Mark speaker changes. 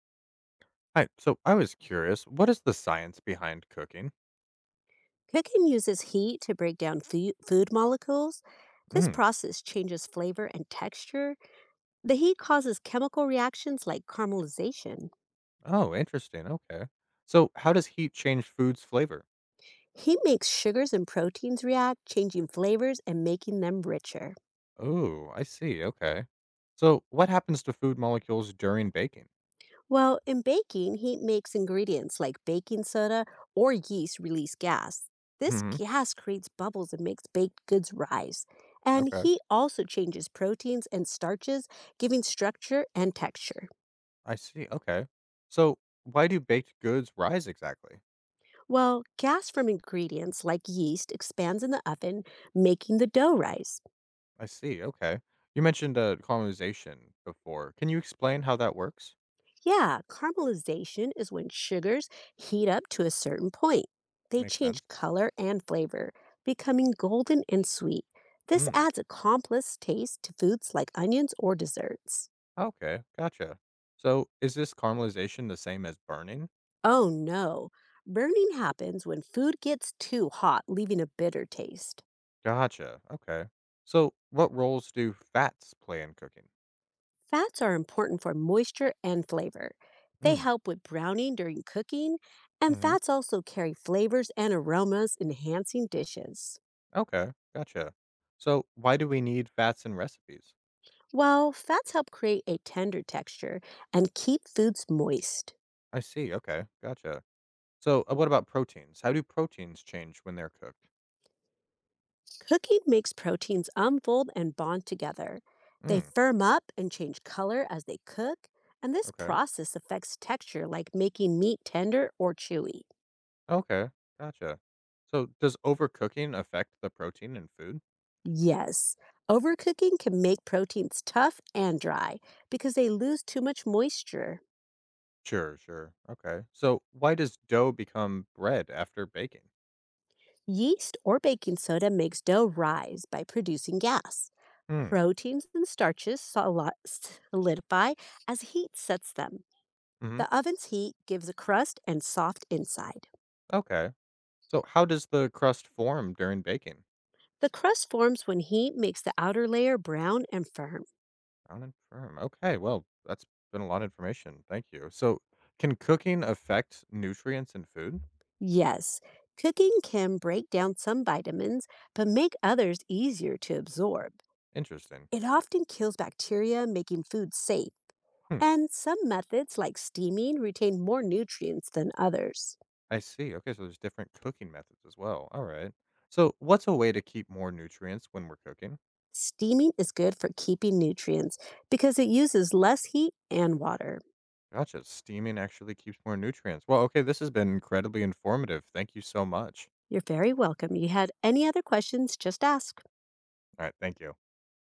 Speaker 1: Hi. So I was curious, what is the science behind cooking?
Speaker 2: Cooking uses heat to break down food, food molecules. This
Speaker 1: Mm.
Speaker 2: process changes flavor and texture. The heat causes chemical reactions like caramelization.
Speaker 1: Oh, interesting. Okay. So how does heat change food's flavor?
Speaker 2: Heat makes sugars and proteins react, changing flavors and making them richer.
Speaker 1: Oh, I see. Okay. So what happens to food molecules during baking?
Speaker 2: Well, in baking, heat makes ingredients like baking soda or yeast release gas. This
Speaker 1: Hmm.
Speaker 2: gas creates bubbles and makes baked goods rise. And
Speaker 1: Okay.
Speaker 2: heat also changes proteins and starches, giving structure and texture.
Speaker 1: I see. Okay. So why do baked goods rise exactly?
Speaker 2: Well, gas from ingredients like yeast expands in the oven, making the dough rise.
Speaker 1: I see. Okay. You mentioned colonization before. Can you explain how that works?
Speaker 2: Yeah, caramelization is when sugars heat up to a certain point. They
Speaker 1: Makes
Speaker 2: change
Speaker 1: sense.
Speaker 2: color and flavor, becoming golden and sweet. This
Speaker 1: Hmm.
Speaker 2: adds a complex taste to foods like onions or desserts.
Speaker 1: Okay. Gotcha. So is this caramelization the same as burning?
Speaker 2: Oh no, burning happens when food gets too hot, leaving a bitter taste.
Speaker 1: Gotcha. Okay. So, what roles do fats play in cooking?
Speaker 2: Fats are important for moisture and flavor. They
Speaker 1: Mm.
Speaker 2: help with browning during cooking, and
Speaker 1: Hmm.
Speaker 2: fats also carry flavors and aromas, enhancing dishes.
Speaker 1: Okay. Gotcha. So, why do we need fats in recipes?
Speaker 2: While fats help create a tender texture and keep foods moist,
Speaker 1: I see. Okay. Gotcha. So, what about proteins? How do proteins change when they're cooked?
Speaker 2: cooking makes proteins unfold and bond together. They
Speaker 1: Mm.
Speaker 2: firm up and change color as they cook, and this
Speaker 1: Okay.
Speaker 2: process affects texture like making meat tender or chewy.
Speaker 1: Okay. Gotcha. So, does overcooking affect the protein in food?
Speaker 2: Yes. Overcooking can make proteins tough and dry because they lose too much moisture.
Speaker 1: Sure. Sure. Okay. So, why does dough become bread after baking?
Speaker 2: Yeast or baking soda makes dough rise by producing gas.
Speaker 1: Mm.
Speaker 2: Proteins and starches solidify as heat sets them.
Speaker 1: Hmm. Mm-hmm.
Speaker 2: The oven's heat gives a crust and soft inside.
Speaker 1: Okay. So, how does the crust form during baking?
Speaker 2: The crust forms when heat makes the outer layer brown and firm.
Speaker 1: Down and firm. Okay, well, that's been a lot of information. Thank you. So, can cooking affect nutrients in food?
Speaker 2: Yes, cooking can break down some vitamins, but make others easier to absorb.
Speaker 1: Interesting.
Speaker 2: It often kills bacteria, making food safe.
Speaker 1: Hmm.
Speaker 2: And some methods, like steaming, retain more nutrients than others.
Speaker 1: I see. Okay, so there's different cooking methods as well. All right. So, what's a way to keep more nutrients when we're cooking?
Speaker 2: Steaming is good for keeping nutrients because it uses less heat and water.
Speaker 1: Gotcha. Steaming actually keeps more nutrients. Well, okay, this has been incredibly informative. Thank you so much.
Speaker 2: You're very welcome. You had any other questions, just ask.
Speaker 1: All right, thank you.